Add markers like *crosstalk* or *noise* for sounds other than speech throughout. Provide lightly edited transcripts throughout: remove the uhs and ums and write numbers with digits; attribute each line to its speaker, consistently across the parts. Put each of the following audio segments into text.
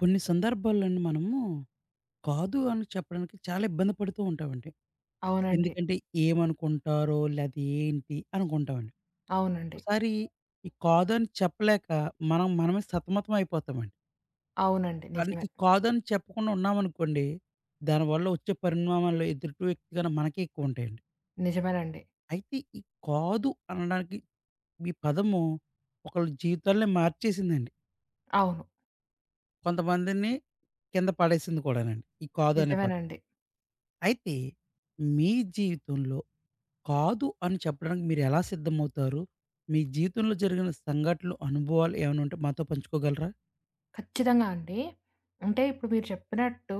Speaker 1: కొన్ని సందర్భాల్లోని మనము కాదు అని చెప్పడానికి చాలా ఇబ్బంది పడుతూ ఉంటామండి.
Speaker 2: అవునండి.
Speaker 1: ఎందుకంటే ఏమనుకుంటారో? లేదా ఏంటి అనుకుంటామండి.
Speaker 2: అవునండి.
Speaker 1: ఒక్కోసారి ఈ కాదు అని చెప్పలేక మనం మనమే సతమతం అయిపోతామండి.
Speaker 2: అవునండి.
Speaker 1: కానీ
Speaker 2: నిజమే.
Speaker 1: ఈ కాదు అని చెప్పకుండా ఉన్నామనుకోండి, దానివల్ల వచ్చే పరిణామాల్లో ఎదుటి వ్యక్తి కన్నా మనకే ఎక్కువ ఉంటాయండి.
Speaker 2: నిజమేనండి.
Speaker 1: అయితే ఈ కాదు అనడానికి మీ పదము ఒకళ్ళ జీవితాల్నే మార్చేసిందండి.
Speaker 2: అవును.
Speaker 1: కొంతమందిని కింద పడేసింది కూడానండి. ఈ కాదు అనే పదం.
Speaker 2: నిజమేనండి.
Speaker 1: అయితే మీ జీవితంలో కాదు అని చెప్పడానికి మీరెలా సిద్ధమవుతారు? మీ జీవితంలో జరిగిన సంఘటనలు, అనుభవాలు ఏమైనా ఉంటే మాతో పంచుకోగలరా?
Speaker 2: ఖచ్చితంగా అండి. అంటే ఇప్పుడు మీరు చెప్పినట్టు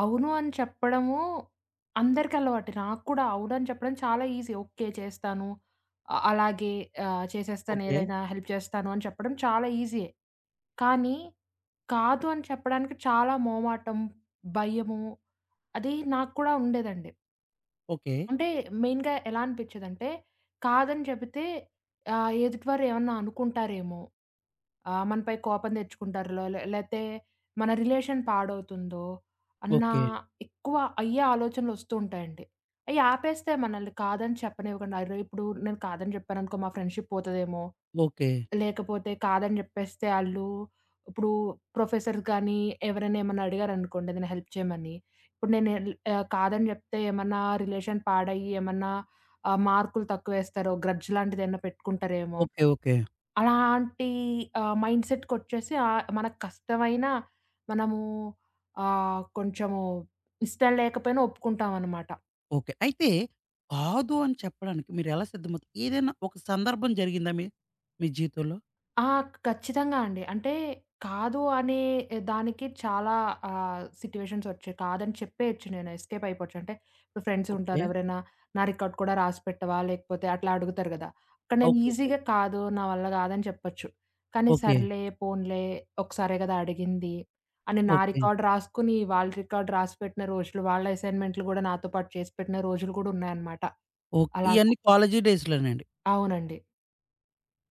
Speaker 2: అవును అని చెప్పడము అందరికీ అలవాటే. నాకు కూడా అవును అని చెప్పడం చాలా ఈజీ. ఓకే. చేస్తాను. అలాగే చేసేస్తాను
Speaker 1: ఓకే.
Speaker 2: ఏదైనా హెల్ప్ చేస్తాను అని చెప్పడం చాలా ఈజీయే. కానీ కాదు అని చెప్పడానికి చాలా మొహమాటం, భయము అది నాకు కూడా ఉండేదండి.
Speaker 1: ఓకే.
Speaker 2: అంటే మెయిన్‌గా ఎలా అనిపిచ్చేదంటే, కాదని చెబితే ఎదుటివారు ఏమన్నా అనుకుంటారేమో, మనపై కోపం తెచ్చుకుంటారులో లేతే మన రిలేషన్ పాడవుతుందో అన్న
Speaker 1: ఓకే.
Speaker 2: ఎక్కువ అయ్యే ఆలోచనలొస్తూ ఉంటాయండి. అయి ఆపేస్తాయి మనల్ని కాదని చెప్పనివ్వకుండా. అరె! ఇప్పుడు నేను కాదని చెప్పాననుకో మా ఫ్రెండ్‌షిప్ పోతదేమో!
Speaker 1: ఓకే.
Speaker 2: లేకపోతే కాదని జెప్పేస్తే ఆళ్ళు ఇప్పుడు ప్రొఫెసర్స్ గానీ, ఎవరైనా ఏమన్నా అడిగారనుకోండి ఏదైనా హెల్ప్ చేయమని. ఇప్పుడు నేను కాదని జెప్తే ఏమన్నా రిలేషన్ పాడయ్యి, ఏమన్నా మార్కులు తక్కువేస్తారో, గ్రడ్జ్ లాంటిదేమన్నా పెట్టుకుంటారేమో.
Speaker 1: ఓకే. ఓకే.
Speaker 2: అలాంటి మైండ్ సెట్‌కొచ్చేసి మనకు కష్టమైనా మనము కొంచెము ఇష్టం లేకపోయినా ఒప్పుకుంటామనమాట.
Speaker 1: ఓకే. అయితే కాదు అని చెప్పడానికి మీరెలా సిద్ధమవుతారు? ఏదైనా ఒక సందర్భం జరిగిందా మీ మీ జీవితంలో?
Speaker 2: ఆ! ఖచ్చితంగా అండి. అంటే కాదు అనే దానికి చాలా సిట్యుయేషన్స్ వచ్చాయి. కాదని చెప్పేయొచ్చు నేను. ఎస్కేప్ అయిపోవచ్చు. అంటే ఇప్పుడు ఫ్రెండ్స్ ఉంటారు.
Speaker 1: ఓకే.
Speaker 2: ఎవరైనా నా రికార్డ్ కూడా రాసి పెట్టవా? లేకపోతే అట్లా అడుగుతారు గదా! అక్కడ నేను
Speaker 1: ఓకే. ఓకే.
Speaker 2: ఈజీగా కాదు, నా వల్ల కాదని చెప్పొచ్చు. కానీ
Speaker 1: ఓకే.
Speaker 2: సర్లే, పోన్లే ఒకసారే గదా అడిగింది అని నా
Speaker 1: ఓకే.
Speaker 2: రికార్డ్ రాసుకుని, వాళ్ళ రికార్డ్ రాసి పెట్టిన రోజులు, వాళ్ళ అసైన్‌మెంట్‌లు గూడా నాతో పాటు చేసి పెట్టిన రోజులు గూడా ఉన్నాయన్నమాట.
Speaker 1: ఓకే.
Speaker 2: అలాగా.
Speaker 1: ఇయన్నీ కాలేజీ డేస్‌లోనండి.
Speaker 2: అవునండి.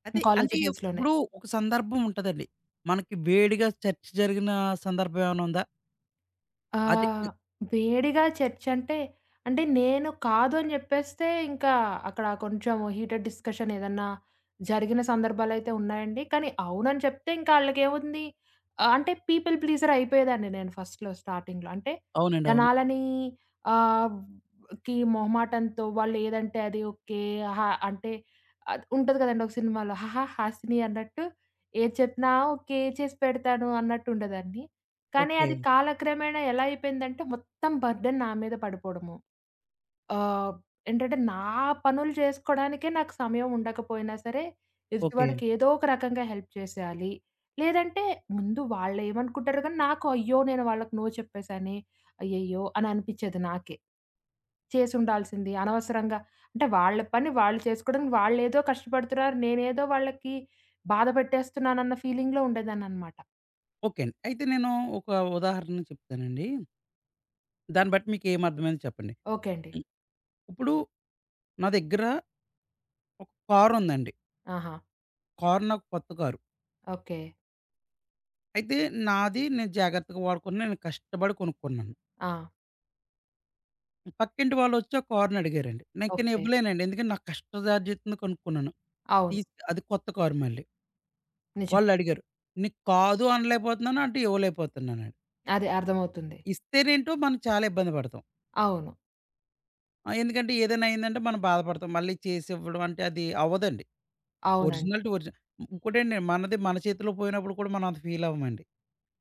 Speaker 1: అయితే అంటే
Speaker 2: కాలేజీ డేస్‌లోనే.
Speaker 1: ఇప్పుడు ఒక సందర్భం ఉంటదండి. మనకి వేడిగా చర్చ జరిగిన సందర్భం ఏమైనా ఉందా?
Speaker 2: ఆ!
Speaker 1: అదే ఇ
Speaker 2: వేడిగా చర్చంటే, అంటే అంటే నేను కాదు అని జెప్పేస్తే ఇంకా అక్కడ కొంచెం హీటెడ్ డిస్కషన్ ఏదన్నా జరిగిన సందర్భాలయితే ఉన్నాయండి. కానీ అవునని చెప్తే ఇంకా ఆళ్ళకేముంది అంటే పీపుల్ ప్లీజర్ అయిపోయేదాన్ని నేను ఫస్ట్‌లో స్టార్టింగ్‌లో. అంటే
Speaker 1: అవునండి. అవును.
Speaker 2: జనాలని ఆహ్, కి మొహమాటంతో వాళ్ళు ఏదంటే అది ఓకే. ఆహా! అంటే అది ఉంటది కదండీ ఒక సినిమాలో 'హాహా హాసిని' అన్నట్టు ఏది చెప్పినా ఓకే. చేసి పెడతాను అన్నట్టు ఉండేదాన్ని. కానీ
Speaker 1: ఓకే.
Speaker 2: అది కాలక్రమేణా ఎలా అయిపోయిందంటే మొత్తం బర్డెన్ నా మీద పడిపోవడము. ఆహ్, ఏంటంటే నా పనులు చేసుకోవడానికే నాకు సమయం ఉండకపోయినా సరే,
Speaker 1: ఓకే.
Speaker 2: ఎదుటివాడికి ఏదో ఒక రకంగా హెల్ప్ చేసేయాలి. లేదంటే ముందు వాళ్ళేమనుకుంటారో గానీ నాకు అయ్యో! నేను వాళ్ళకి నో చెప్పేసానే, అయ్యయ్యో! అని అనిపిచ్చేది నాకే. చేసుండాల్సింది అనవసరంగా అంటే వాళ్ళ పని వాళ్ళు చేసుకోవడానికి వాళ్ళేదో కష్టపడుతున్నారు. నేనేదో వాళ్ళకి బాధ పెట్టేస్తున్నానన్న ఫీలింగ్‌లో ఉండేదాన్ననమాట.
Speaker 1: ఓకే అండి. అయితే నేను ఒక ఉదాహరణ చెప్తానండి. దాన్ని బట్టి మీకు ఏం అర్థమైందో చెప్పండి.
Speaker 2: ఓకే అండి.
Speaker 1: హ్మ్. ఇప్పుడు నా దగ్గర ఒక కారుందండి.
Speaker 2: ఆహా!
Speaker 1: కారు నాకు కొత్త కారు.
Speaker 2: ఓకే.
Speaker 1: అయితే నాది నేను జాగ్రత్తగా వాడుకొని నేను కష్టపడి కొనుక్కున్నాను.
Speaker 2: ఆ!
Speaker 1: పక్కింటి వాళ్ళొచ్చి ఆ కారుని అడిగారండి. ఇంక నేను ఇక్కడ
Speaker 2: ఓకే.
Speaker 1: ఇవ్వలేనండి. ఎందుకంటే నా కష్టదార్జితంతో కొనుక్కున్నాను.
Speaker 2: అవును.
Speaker 1: అది కొత్త కారు మళ్ళీ.
Speaker 2: నిజమే.
Speaker 1: వాళ్ళడిగారు. నీకు కాదు అనలేకపోతున్నాను. అంటే ఇవ్వలేకపోతున్నానండి.
Speaker 2: అది అర్థమవుతుంది.
Speaker 1: ఇస్తేనేంటో మనం చాలా ఇబ్బంది పడతాం.
Speaker 2: అవును.
Speaker 1: ఆ! ఎందుకంటే ఏదైనా అయిందంటే మనం బాధపడతాం. మళ్ళీ చేసివ్వడం అంటే అది అవ్వదండి.
Speaker 2: అవునండి.
Speaker 1: Original to original. ఇంకోటండి మనది మన చేతిలో పోయినప్పుడు కూడా మనం అంత ఫీల్ అవ్వమండి.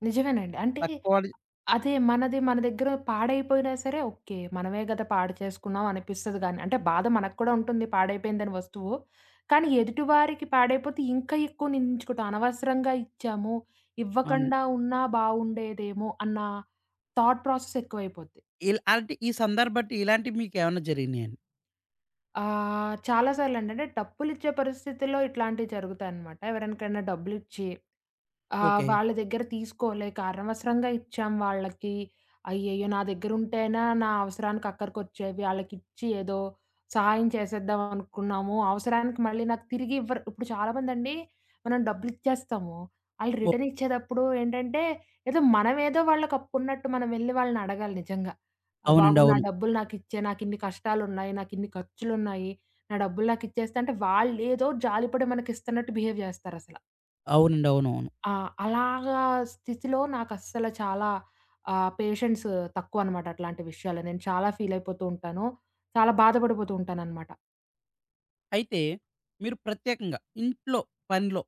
Speaker 2: నిజమేనండి. అంటే
Speaker 1: పక్కోడి
Speaker 2: అదే మనది మన దగ్గర పాడైపోయినా సరే ఓకే. మనమే గదా! పాడు చేసుకున్నాం అనిపిస్తది గానీ అంటే బాధ మనకు కూడా ఉంటుంది పాడైపోయిందని వస్తువు. కానీ ఎదుటి వారికి పాడైపోతే ఇంకా ఎక్కువ నిందించుకుంటాం. అనవసరంగా ఇచ్చాము,
Speaker 1: అవునండి.
Speaker 2: ఇవ్వకండా ఉన్నా బావుండేదేమో అన్న థాట్ ప్రాసెస్ ఎక్కువైపోద్ది.
Speaker 1: అలాంటి ఈ సందర్భట్టి ఇలాంటివి మీకేమన్నా జరిగినాయండి?
Speaker 2: చాలా సార్లండి అంటే డబ్బులిచ్చే పరిస్థితుల్లో ఇట్లాంటివి జరుగుతాయనమాట. ఎవరికైనా డబ్బులిచ్చి ఆ!
Speaker 1: ఓకే.
Speaker 2: వాళ్ళ దగ్గర తీసుకోలేక అనవసరంగా ఇచ్చాం వాళ్ళకి. అయ్యయ్యో! నా దగ్గరుంటేనా నా అవసరానికి అక్కరకొచ్చేవి. ఆళ్ళకిచ్చి ఏదో సహాయం చేసేద్దాం అనుకున్నాము. అవసరానికి మళ్ళీ నాకు తిరిగి ఇవ్వరు. ఇప్పుడు చాలామందండి మనం డబ్బులిచ్చేస్తాము. ఆళ్ళు
Speaker 1: ఓహ్!
Speaker 2: రిటర్న్ ఇచ్చేటప్పుడు ఏంటంటే, ఏదో మనమేదో వాళ్ళకప్పున్నట్టు మనం వెళ్లి వాళ్ళని అడగాలి నిజంగా. "ఆ! బాబు
Speaker 1: అవునండి.
Speaker 2: నా
Speaker 1: అవును.
Speaker 2: డబ్బులు నాకిచ్చేయి. నాకిన్ని కష్టాలున్నాయి. నాకిన్ని ఖర్చులున్నాయి. నా డబ్బులు నాకిచ్చేస్తే" అంటే వాళ్ళేదో జాలిపడి మనకిస్తున్నట్టు బిహేవ్ చేస్తారసల.
Speaker 1: అవునండి. అవునవును.
Speaker 2: ఆ! అలాగా స్థితిలో నాకస్సల చాలా పేషెన్స్ తక్కువనమాట అట్లాంటి విషయాల్లో. నేను చాలా ఫీలయిపోతూ ఉంటాను. చాలా బాధపడిపోతూ ఉంటాననమాట.
Speaker 1: అయితే మీరు ప్రత్యేకంగా ఇంట్లో పనిలో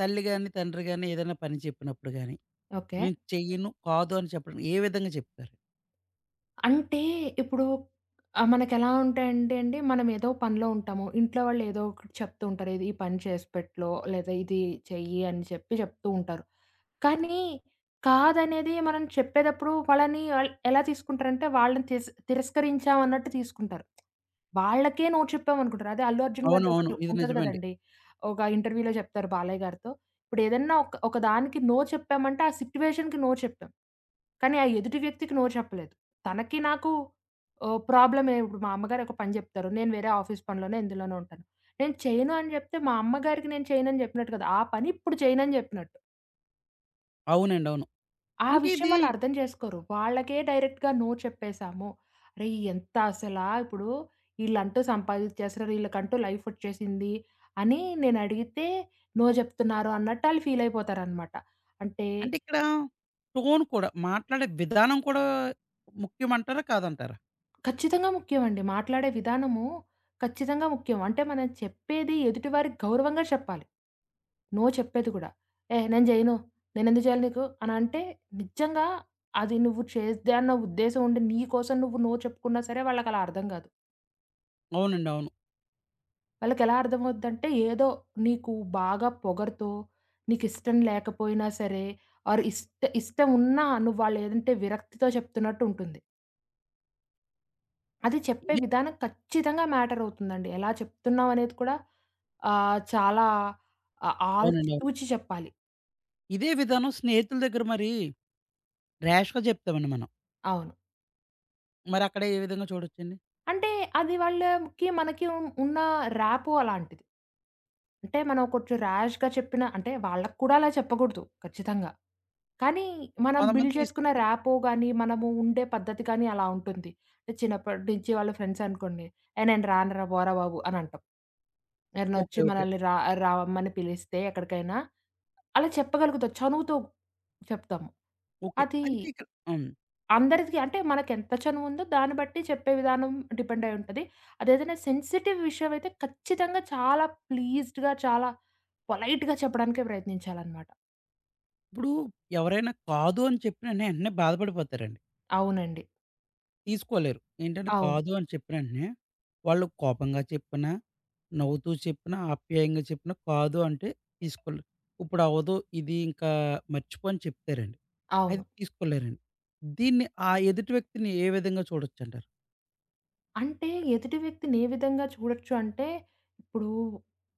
Speaker 1: తల్లి గాని, తండ్రి గాని ఏదైనా పని చెప్పినప్పుడు గాని,
Speaker 2: ఓకే.
Speaker 1: నేను చెయ్యను, కాదు అని చెప్పడానికి ఏ విధంగా చెప్తారు?
Speaker 2: అంటే ఇప్పుడు మనకెలా ఉంటాయంటే అండి, మనమేదో పనిలో ఉంటాము. ఇంట్లో వాళ్ళు ఏదో ఒకటి చెప్తూ ఉంటారు. "ఇది ఈ పని చేసి పెట్లో" లేదా "ఇది చెయ్యి" అని చెప్పి చెప్తూ ఉంటారు. కానీ కాదనేది మనం చెప్పేటప్పుడు వాళ్ళని ఆళ్ళు ఎలా తీసుకుంటారంటే వాళ్ళని తిరస్కరించామన్నట్టు తీసుకుంటారు. వాళ్ళకే నో చెప్పామనుకుంటారు. అదే 'అల్లు అర్జున్' గారిది
Speaker 1: అవునవును.
Speaker 2: ఒకటి
Speaker 1: ఇది
Speaker 2: ఉంటది
Speaker 1: నిజమండి.
Speaker 2: గదండీ! ఒక ఇంటర్వ్యూలో చెప్తారు బాలయ్య గారితో. ఇప్పుడేదన్నా ఒక ఒక దానికి నో చెప్పామంటే ఆ సిట్యుయేషన్‌కి నో చెప్పాం. కానీ ఆ ఎదుటి వ్యక్తికి నో చెప్పలేదు. తనకి నాకు ప్రాబ్లమే ఇప్పుడు మా అమ్మగారు ఒక పని జెప్తారు. నేను వేరే ఆఫీస్ పనిలోనే ఇందులోనే ఉంటాను. నేను చేయను అని జెప్తే మా అమ్మగారికి నేను చేయనని జెప్పినట్టు కాదు. ఆ పని ఇప్పుడు చేయనని జెప్పినట్టు.
Speaker 1: అవునండి. అవును.
Speaker 2: ఆ
Speaker 1: అంటే
Speaker 2: విషయం
Speaker 1: ఇది
Speaker 2: వాళ్ళర్థం జేసుకోరు. వాళ్ళకే డైరెక్ట్‌గా నో చెప్పేసాము. అరేయ్! ఎంత అసలా ఇప్పుడు ఈళ్ళంటూ సంపాదిచ్చేస్తున్నారు, ఈళ్ళకంటూ లైఫొచ్చేసింది అని నేనడిగితే నో జెప్తున్నారు అన్నట్టు ఆళ్ళు ఫీలయిపోతారనమాట. అంటే
Speaker 1: అంటే ఇక్కడ టోన్ కూడా మాట్లాడే విధానం కూడా ముఖ్యమంటారా? కాదంటారా?
Speaker 2: ఖచ్చితంగా ముఖ్యమండి. మాట్లాడే విధానము ఖచ్చితంగా ముఖ్యం. అంటే మనం చెప్పేది ఎదుటి వారికి గౌరవంగా చెప్పాలి. నో చెప్పేది గూడా. "ఏహ్! నేను జెయను. నేనెందుకు జేయాలి నీకు" అనంటే నిజంగా అది నువ్వు చేద్దే అన్న ఉద్దేశం ఉండి నీ కోసం నువ్వు నో చెప్పుకున్నా సరే వాళ్ళకలా అర్థం గాదు.
Speaker 1: అవునండి. అవును.
Speaker 2: వాళ్ళకెలా అర్థమవుద్దంటే, ఏదో నీకు బాగా పొగరుతో, నీకిష్టం లేకపోయినా సరే, ఆర్ ఇష్ట ఇష్టం ఉన్నా నువ్వు వాళ్ళేదంటే విరక్తితో చెప్తున్నట్టు ఉంటుంది. అది చెప్పే
Speaker 1: ఇదే
Speaker 2: విధానం ఖచ్చితంగా మ్యాటర్ అవుతుందండి. ఎలా చెప్తున్నావనేది కూడా చాలా
Speaker 1: అవునండి. అవును.
Speaker 2: ఆచితూచి చెప్పాలి.
Speaker 1: ఇదే విధానం స్నేహితుల దగ్గర మరి ర్యాష్‌గా చెప్తామండి మనం.
Speaker 2: అవును.
Speaker 1: మరి అక్కడ ఏ విధంగా చూడొచ్చండి?
Speaker 2: అంటే అది వాళ్ళకి, మనకి ఉన్న ర్యాపో అలాంటిది. అంటే మనం కొంచెం ర్యాష్‌గా చెప్పిన అంటే వాళ్ళకి కూడా అలా చెప్పకూడదు ఖచ్చితంగా. కానీ మనం
Speaker 1: కొంతమంది
Speaker 2: బిల్డ్ చేసుకున్న
Speaker 1: తీసుకొని
Speaker 2: ర్యాపో గాని, మనము ఉండే పద్ధతి కానీ అలా ఉంటుంది. అంటే చిన్నప్పటి నుంచి వాళ్ళ ఫ్రెండ్స్ అనుకోండి, "ఏయ్! నేను రానురా పోరా బాబు" అని అంటాం. ఎవరైనా
Speaker 1: ఓకే.
Speaker 2: వచ్చి
Speaker 1: ఓకే.
Speaker 2: మనల్ని రమ్మని పిలిస్తే ఎక్కడికైనా, అలా చెప్పగలుగుతాం. చనువుతో చెప్తాము.
Speaker 1: ఓకే.
Speaker 2: అది
Speaker 1: అయితే ఇక్కడ హ్మ్.
Speaker 2: అందరిది అంటే మనకెంత చనువుందో దాన్ని బట్టి చెప్పే విధానం డిపెండ్ అయి ఉంటది. అదేదైనా సెన్సిటివ్ విషయం అయితే ఖచ్చితంగా చాలా ప్లీజ్డ్‌గా, చాలా పొలైట్‌గా చెప్పడానికే ప్రయత్నించాలనమాట.
Speaker 1: ఇప్పుడు ఎవరైనా కాదు అని చెప్పిన వెంటనే వెంటనే బాధపడిపోతారండి.
Speaker 2: అవునండి.
Speaker 1: తీసుకోలేరు. ఏంటంటే
Speaker 2: అవును.
Speaker 1: కాదు అని చెప్పిన వెంటనే, వాళ్ళు కోపంగా చెప్పినా, నవ్వుతూ చెప్పినా, ఆప్యాయంగా చెప్పినా కాదు అంటే తీసుకోలేరు. ఇప్పుడు అవ్వదు ఇది ఇంకా మర్చిపో అని చెప్తారండి. అయితే
Speaker 2: అవును.
Speaker 1: తీసుకోలేరండి. దీన్ని ఆ ఎదుటి వ్యక్తిని ఏ విధంగా చూడొచ్చంటారు?
Speaker 2: అంటే ఎదుటి వ్యక్తిని ఏ విధంగా చూడొచ్చు అంటే, ఇప్పుడు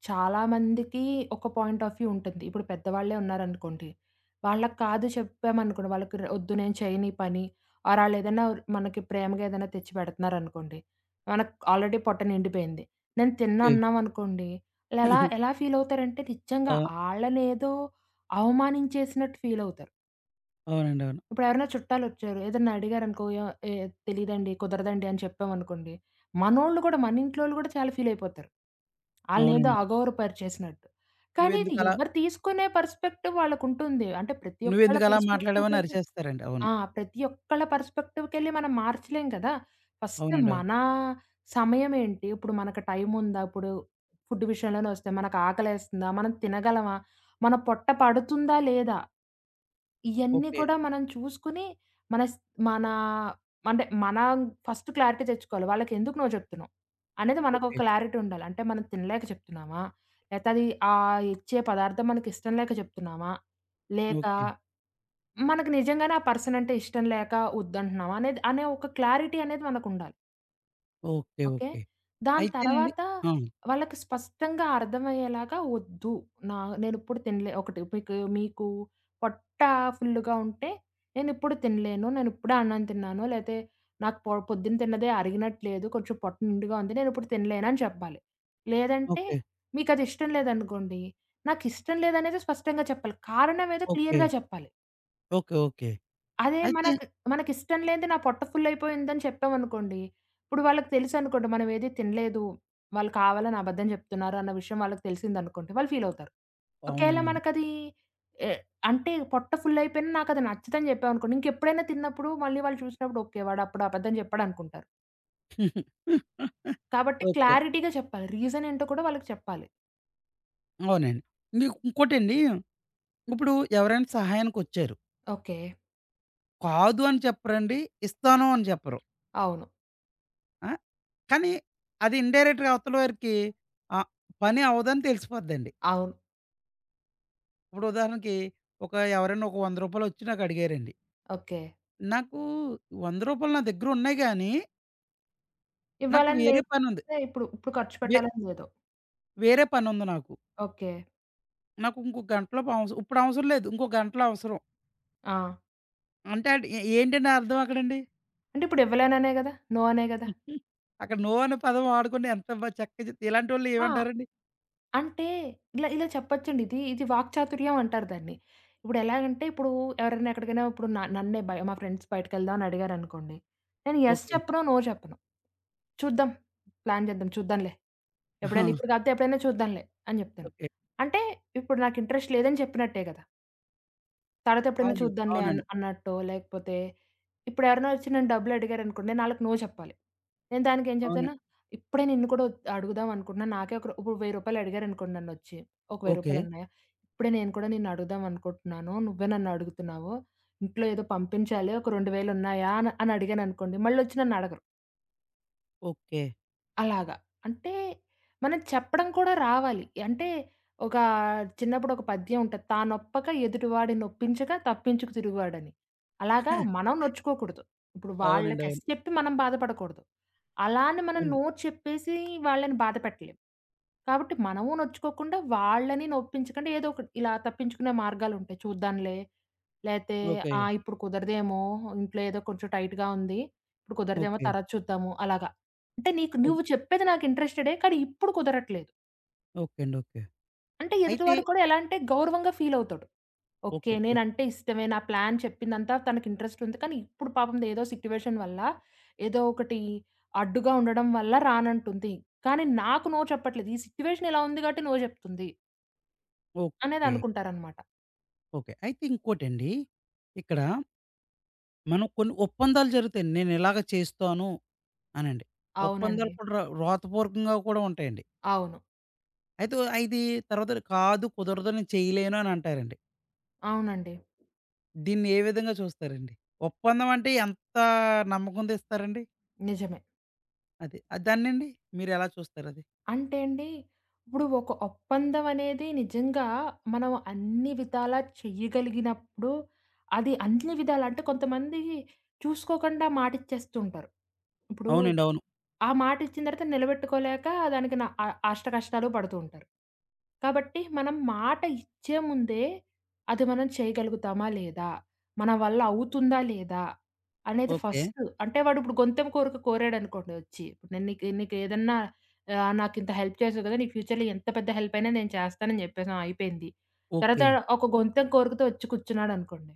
Speaker 2: చాలామందికి ఒక పాయింట్ ఆఫ్ వ్యూ ఉంటుంది. ఇప్పుడు పెద్దవాళ్ళే ఉన్నారనుకోండి. వాళ్ళకి కాదు చెప్పామనుకోండి, వాళ్ళకి వద్దు నేను చేయను ఈ పని ఆళ్ళేదైనా మనకి ప్రేమగా ఏదైనా తెచ్చి పెడుతున్నారనుకోండి. మనకు ఆల్రెడీ పొట్ట నిండిపోయింది. నేను తినను
Speaker 1: ఓకే.
Speaker 2: అన్నామనుకోండి, ఆళ్ళెలా
Speaker 1: *laughs*
Speaker 2: ఎలా ఫీలవుతారంటే నిజంగా
Speaker 1: అవు
Speaker 2: ఆళ్ళనేదో అవమానించేసినట్టు ఫీలవుతారు.
Speaker 1: అవునండి. అవును.
Speaker 2: ఇప్పుడెవరైనా చుట్టాలొచ్చారు. ఏదన్నా అడిగారనుకో, య ఏ తెలీదండి, కుదరదండి అని చెప్పామనుకోండి, మనోళ్ళు కూడా, మన ఇంట్లోళ్ళు కూడా చాలా ఫీలయిపోతారు. ఆళ్ళనేదో
Speaker 1: అవునండి. అవును.
Speaker 2: అగౌరవపరిచేసినట్టు. కానీ ఇది
Speaker 1: నువ్వెందుకలా
Speaker 2: ఎవరు తీసుకునే పర్స్పెక్టివ్ వాళ్ళకుంటుంది. అంటే ప్రతి ఒక్కళ్ళ
Speaker 1: నువ్వెందుకలా మాట్లాడావని
Speaker 2: పర్స్పెక్టివ్‌కెళ్ళి
Speaker 1: అరిచేస్తారండి. అవును.
Speaker 2: ఆ! ప్రతి ఒక్కళ్ళ పర్స్పెక్టివ్‌కెళ్ళి మనం మార్చలేం కదా! ఫస్ట్
Speaker 1: అవునండి. అవును.
Speaker 2: మన సమయమేంటి? ఇప్పుడు మనకు టైముందా? ఇప్పుడు ఫుడ్ విషయంలోనే వస్తే మనకు ఆకలేస్తుందా? మనం తినగలమా? మన పొట్ట పడుతుందా లేదా? ఇయన్నీ
Speaker 1: ఓకే.
Speaker 2: కూడా మనం చూసుకొని, మన స్ మన అంటే మనం ఫస్ట్ క్లారిటీ తెచ్చుకోవాలి. వాళ్ళకెందుకు "నో" చెప్తున్నాం అనేది మనకొక
Speaker 1: ఓకే.
Speaker 2: క్లారిటీ ఉండాలి. అంటే మనం తినలేక చెప్తున్నామా? లేతే అది ఇచ్చే పదార్థం మనకిష్టం లేక చెప్తున్నామా? లేక
Speaker 1: ఓకే.
Speaker 2: మనకు నిజంగానే ఆ పర్సన్ అంటే ఇష్టం లేక వద్దంటున్నామా? అనేది అనే ఒక క్లారిటీ అనేది మనకుండాలి.
Speaker 1: ఓకే.
Speaker 2: ఓకే.
Speaker 1: ఓకే.
Speaker 2: దాని
Speaker 1: అయితేనండి
Speaker 2: తర్వాత
Speaker 1: ఆ!
Speaker 2: వాళ్ళకి స్పష్టంగా అర్థమయ్యేలాగా వద్దు. నా నేనిప్పుడు తినలే ఒకటి మీకు మీకు పొట్ట ఫుల్‌గా ఉంటే నేనిప్పుడు తినలేను. నేనిప్పుడే అన్నం తిన్నాను. లేతే నాకు పొద్దున తిన్నదే అరిగినట్లేదు. కొంచెం పొట్ట నిండుగా ఉంది. నేనిప్పుడు తినలేనని చెప్పాలి. లేదంటే
Speaker 1: ఓకే.
Speaker 2: మీకది ఇష్టం లేదనుకోండి. నాకిష్టం లేదనేది స్పష్టంగా చెప్పాలి. కారణమేదో
Speaker 1: ఓకే.
Speaker 2: క్లియర్‌గా చెప్పాలి.
Speaker 1: ఓకే. ఓకే.
Speaker 2: అదే
Speaker 1: అయితే
Speaker 2: మనకి మనకిష్టం లేనిది నా పొట్ట ఫుల్లయిపోయిందని చెప్పామనుకోండి, ఇప్పుడు వాళ్ళకి తెలుసనుకోండి మనవేది తినలేదు, వాళ్ళు కావాలని అబద్ధం చెప్తున్నారు అన్న విషయం వాళ్ళకి తెలిసిందనుకోండి, వాళ్ళు ఫీలవుతారు. ఒకేళ
Speaker 1: అవునండి. అవును.
Speaker 2: మనకది ఎ అంటే పొట్ట ఫుల్లయిపోయినా నాకది నచ్చదని చెప్పామనుకోండి, ఇంకెప్పుడైనా తిన్నప్పుడు మళ్ళీ వాళ్ళు చూసినప్పుడు ఓకే. వాడప్పుడు అబద్ధం చెప్పాడనుకుంటారు.
Speaker 1: *laughs*
Speaker 2: కాబట్టి
Speaker 1: ఓకే.
Speaker 2: క్లారిటీగా చెప్పాలి. రీజనేంటో కూడా వాళ్ళకి చెప్పాలి.
Speaker 1: అవునండి. మీకు ఇంకోటండి, ఇప్పుడు ఎవరైనా సహాయానికొచ్చారు.
Speaker 2: ఓకే.
Speaker 1: కాదు అని చెప్పరండి. ఇస్తాను అని చెప్పరు.
Speaker 2: అవును.
Speaker 1: ఆ! కానీ అది ఇండైరెక్ట్‌గా అవతల వారికి ఆహ్, పని అవ్వదని తెలిసిపోద్దండి.
Speaker 2: అవును.
Speaker 1: ఇప్పుడు ఉదాహరణకి ఒక ఎవరైనా ఒక రూ. 100 వచ్చి నాకు అడిగారండి.
Speaker 2: ఓకే.
Speaker 1: నాకు రూ. 100 నా దగ్గర ఉన్నాయి గానీ, నాకు
Speaker 2: ఇవ్వాలని
Speaker 1: వేరే
Speaker 2: లేదు.
Speaker 1: పనుంది.
Speaker 2: ఇప్పుడు ఇప్పుడు ఖర్చు
Speaker 1: వే
Speaker 2: పెట్టాలని లేదు.
Speaker 1: వేరే పనుంది నాకు.
Speaker 2: ఓకే.
Speaker 1: నాకు ఇంకో గంటలోపు ఇప్పుడు అవసరం లేదు. ఇంకో గంటలో అవసరం.
Speaker 2: ఆ!
Speaker 1: అంటే ఆడు ఏ ఏంటండి అర్థం అక్కడండి?
Speaker 2: అంటే ఇప్పుడు ఇవ్వలేననే గదా! నో అనే గదా!
Speaker 1: అక్కడ నో అనే పదం వాడుకొని ఎంత చక్కగా చెప్తే ఇలాంటోళ్ళు
Speaker 2: ఆ!
Speaker 1: ఏమంటారండి?
Speaker 2: అంటే ఇలా ఇలా చెప్పొచ్చండి. ఇది ఇది వాక్చాతుర్యం అంటారు దాన్ని. ఇప్పుడెలాగంటే ఇప్పుడు ఎవరైనా ఎక్కడికైనా ఇప్పుడు న నన్నే బయ మా ఫ్రెండ్స్ బయటికెళ్దాం అని అడిగారనుకోండి. నేను యెస్
Speaker 1: ఓకే.
Speaker 2: చెప్పను. నో చెప్పను. చూద్దాం. ప్లాన్ చేద్దాం. చూద్దాంలే. ఎప్పుడైనా
Speaker 1: ఆ!
Speaker 2: ఇప్పుడు కాకపోతే ఎప్పుడైనా చూద్దాంలే అని చెప్తాను.
Speaker 1: ఓకే.
Speaker 2: అంటే ఇప్పుడు నాకు ఇంట్రెస్ట్ లేదని చెప్పినట్టే గదా! తర్వాత ఎప్పుడైనా
Speaker 1: అవునండి.
Speaker 2: చూద్దాంలే అన్
Speaker 1: అవునండి.
Speaker 2: అన్నట్టో, లేకపోతే ఇప్పుడెవరైనా వచ్చి నన్ను డబ్బులడిగారనుకోండి, నేనాళ్ళకి నో చెప్పాలి. నేను దానికేం
Speaker 1: అవును.
Speaker 2: చెప్తాను, ఇప్పుడే నిన్ను కూడా అడుగుదాం అనుకుంటున్నా. నాకే ఒక ఇప్పుడు రూ. 1000 అడిగారనుకోండి నన్నొచ్చి, ఒక రూ.
Speaker 1: ఓకే.
Speaker 2: 1000 ఉన్నాయా? ఇప్పుడే నేను కూడా నిన్ను అడుగుదాం అనుకుంటున్నాను. నువ్వే నన్ను అడుగుతున్నావు. ఇంట్లో ఏదో పంపించాలి. ఒక 2000 ఉన్నాయా? అని అని అడిగాననుకోండి, మళ్ళొచ్చి నన్నడగరు.
Speaker 1: ఓకే.
Speaker 2: అలాగా. అంటే మనం చెప్పడం కూడా రావాలి. అంటే ఒక చిన్నప్పుడు ఒక పద్యం ఉంటది. తానొప్పక ఎదుటివాడి నొప్పించగా తప్పించుకు తిరుగువాడని. అలాగా మనం
Speaker 1: *laughs*
Speaker 2: నొచ్చుకోకూడదు. ఇప్పుడు వాళ్ళకి
Speaker 1: అవునండి.
Speaker 2: ఎస్
Speaker 1: అవును.
Speaker 2: చెప్పి మనం బాధపడకూడదు. అలా అని మనం
Speaker 1: అవును.
Speaker 2: నో చెప్పేసి వాళ్ళని బాధ పెట్టలేం. కాబట్టి మనము నొచ్చుకోకుండా వాళ్ళని నొప్పించకుండా ఏదో ఒకటి ఇలా తప్పించుకునే మార్గాలుంటాయి చూద్దాంలే లేతే
Speaker 1: ఓకే.
Speaker 2: ఆ! ఇప్పుడు కుదరదేమో, ఇంట్లో ఏదో కొంచెం టైట్‌గా ఉంది. ఇప్పుడు కుదరదేమో
Speaker 1: ఓకే.
Speaker 2: తర్వాత చూద్దాము అలాగా. అంటే నీకు
Speaker 1: ఓ
Speaker 2: నువ్వు చెప్పేది నాకు ఇంట్రెస్టెడే. కానీ ఇప్పుడు కుదరట్లేదు.
Speaker 1: ఓకే అండి. ఓకే.
Speaker 2: అంటే
Speaker 1: అయితే
Speaker 2: ఎదుటివాడు కూడా ఎలా అంటే గౌరవంగా ఫీల్ అవుతాడు. ఓకే.
Speaker 1: ఓకే. అండి,
Speaker 2: నేనంటే ఇష్టమే. నా ప్లాన్ చెప్పిందంతా తనకి ఇంట్రెస్ట్ ఉంది. కానీ ఇప్పుడు పాపం ఏదో సిట్యుయేషన్ వల్ల, ఏదో ఒకటి అడ్డుగా ఉండడం వల్ల రానంటుంది. కానీ నాకు నో చెప్పట్లేదు. ఈ సిట్యుయేషన్ ఇలా ఉంది కాబట్టి నో చెప్తుంది అనేది
Speaker 1: ఓకే.
Speaker 2: అనుకుంటారనమాట.
Speaker 1: ఓకే. అయితే ఇంకోటండి, ఇక్కడ మనం కొన్ని ఒప్పందాలు జరుగుతాయండి. నేను ఇలాగ చేస్తాను అనండి.
Speaker 2: అవునండి.
Speaker 1: ఒప్పందాలు కూడా రాతపూర్వకంగా కూడా ఉంటాయండి.
Speaker 2: అవును.
Speaker 1: అయితే ఇది తర్వాత కాదు, కుదరదు, నేను చేయలేను అని అంటారండి.
Speaker 2: అవునండి.
Speaker 1: దీన్ని ఏ విధంగా చూస్తారండి? ఒప్పందం అంటే ఎంత నమ్మకంతో ఇస్తారండి?
Speaker 2: నిజమే.
Speaker 1: అది. దాన్నండి మీరెలా చూస్తారది?
Speaker 2: అంటే అండి, ఇప్పుడు ఒక ఒప్పందం అనేది నిజంగా మనం అన్ని విధాలా చెయ్యగలిగినప్పుడు, అది అన్ని విధాలా అంటే కొంతమంది చూసుకోకుండా మాటిచ్చేస్తూ ఉంటారు. ఇప్పుడు
Speaker 1: అవునండి. అవును.
Speaker 2: ఆ మాటిచ్చిన తర్వాత నిలబెట్టుకోలేక దానికి నా అ అష్టకష్టాలు పడుతూ ఉంటారు. కాబట్టి మనం మాట ఇచ్చే ముందే అది మనం చేయగలుగుతామా? లేదా? మన వల్ల అవుతుందా? లేదా? అనేది
Speaker 1: ఓకే.
Speaker 2: ఫస్ట్. అంటే వాడు ఇప్పుడు గొంతెమ్మ కోరిక కోరాడనుకోండి వచ్చి, ఇప్పుడు "నేను నీకు నీకేదన్నా" నాకింత హెల్ప్ చేసావు కదా! నీకు ఫ్యూచర్‌లో ఎంత పెద్ద హెల్ప్ అయినా నేను చేస్తానని జెప్పేసాం అయిపోయింది. తర్వాత
Speaker 1: ఓకే.
Speaker 2: ఒక గొంతెం కోరికతో వచ్చి కూర్చున్నాడనుకోండి.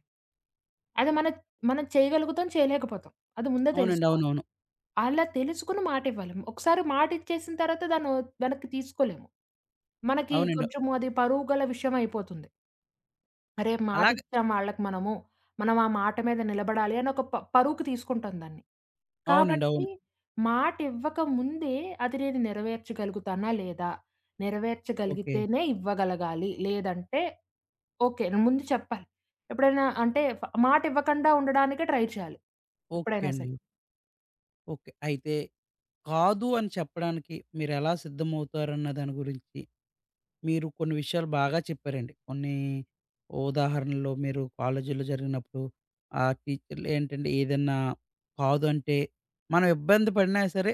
Speaker 2: అది మన మనం చేయగలుగుతాం, చేయలేకపోతాం. అది ముందే
Speaker 1: అవునండి.
Speaker 2: తెలుసుకోవాలి.
Speaker 1: అవునవును.
Speaker 2: అలా తెలుసుకొని మాటివ్వాలి. ఒకసారి మాటిచ్చేసిన తర్వాత దాన్ని వెనక్కి తీసుకోలేము. మనకి
Speaker 1: అవునండి.
Speaker 2: కొంచెం అది పరువు గల విషయం అయిపోతుంది. అరే!
Speaker 1: అలాగే
Speaker 2: మాటిచ్చాం వాళ్ళకి మనము. మనం ఆ మాట మీద నిలబడాలి అని ఒక పరువుకి తీసుకుంటాం దాన్ని.
Speaker 1: అవునండి.
Speaker 2: కాబట్టి
Speaker 1: అవును.
Speaker 2: మాటివ్వక ముందే అది నేను నెరవేర్చగలుగుతానా లేదా?
Speaker 1: ఓకే.
Speaker 2: నెరవేర్చగలిగితేనే ఇవ్వగలగాలి. లేదంటే ఓకే. నేను ముందు చెప్పాలి. ఎప్పుడైనా అంటే మాటివ్వకుండా ఉండడానికే ట్రై చేయాలి.
Speaker 1: ఓకే
Speaker 2: ఎప్పుడైనా సరే.
Speaker 1: అండి. ఓకే. అయితే కాదు అని చెప్పడానికి మీరెలా సిద్ధమవుతారన్న దాని గురించి మీరు కొన్ని విషయాలు బాగా చెప్పారండి. కొన్ని ఉదాహరణలు మీరు కాలేజీలో జరిగినప్పుడు, ఆ టీచర్లు ఏంటంటే ఏదన్నా కాదు అంటే, మనం ఇబ్బంది పడినా సరే,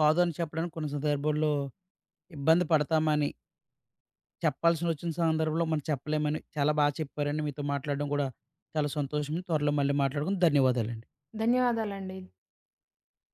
Speaker 1: కాదు అని చెప్పడానికి కొన్ని సందర్భాల్లో ఇబ్బంది పడతామని, చెప్పాల్సినొచ్చిన సందర్భంలో మనం చెప్పలేమని చాలా బాగా చెప్పారండి. మీతో మాట్లాడడం కూడా చాలా సంతోషం. త్వరలో మళ్ళీ మాట్లాడుకుందాం. ధన్యవాదాలండి.
Speaker 2: ధన్యవాదాలండి.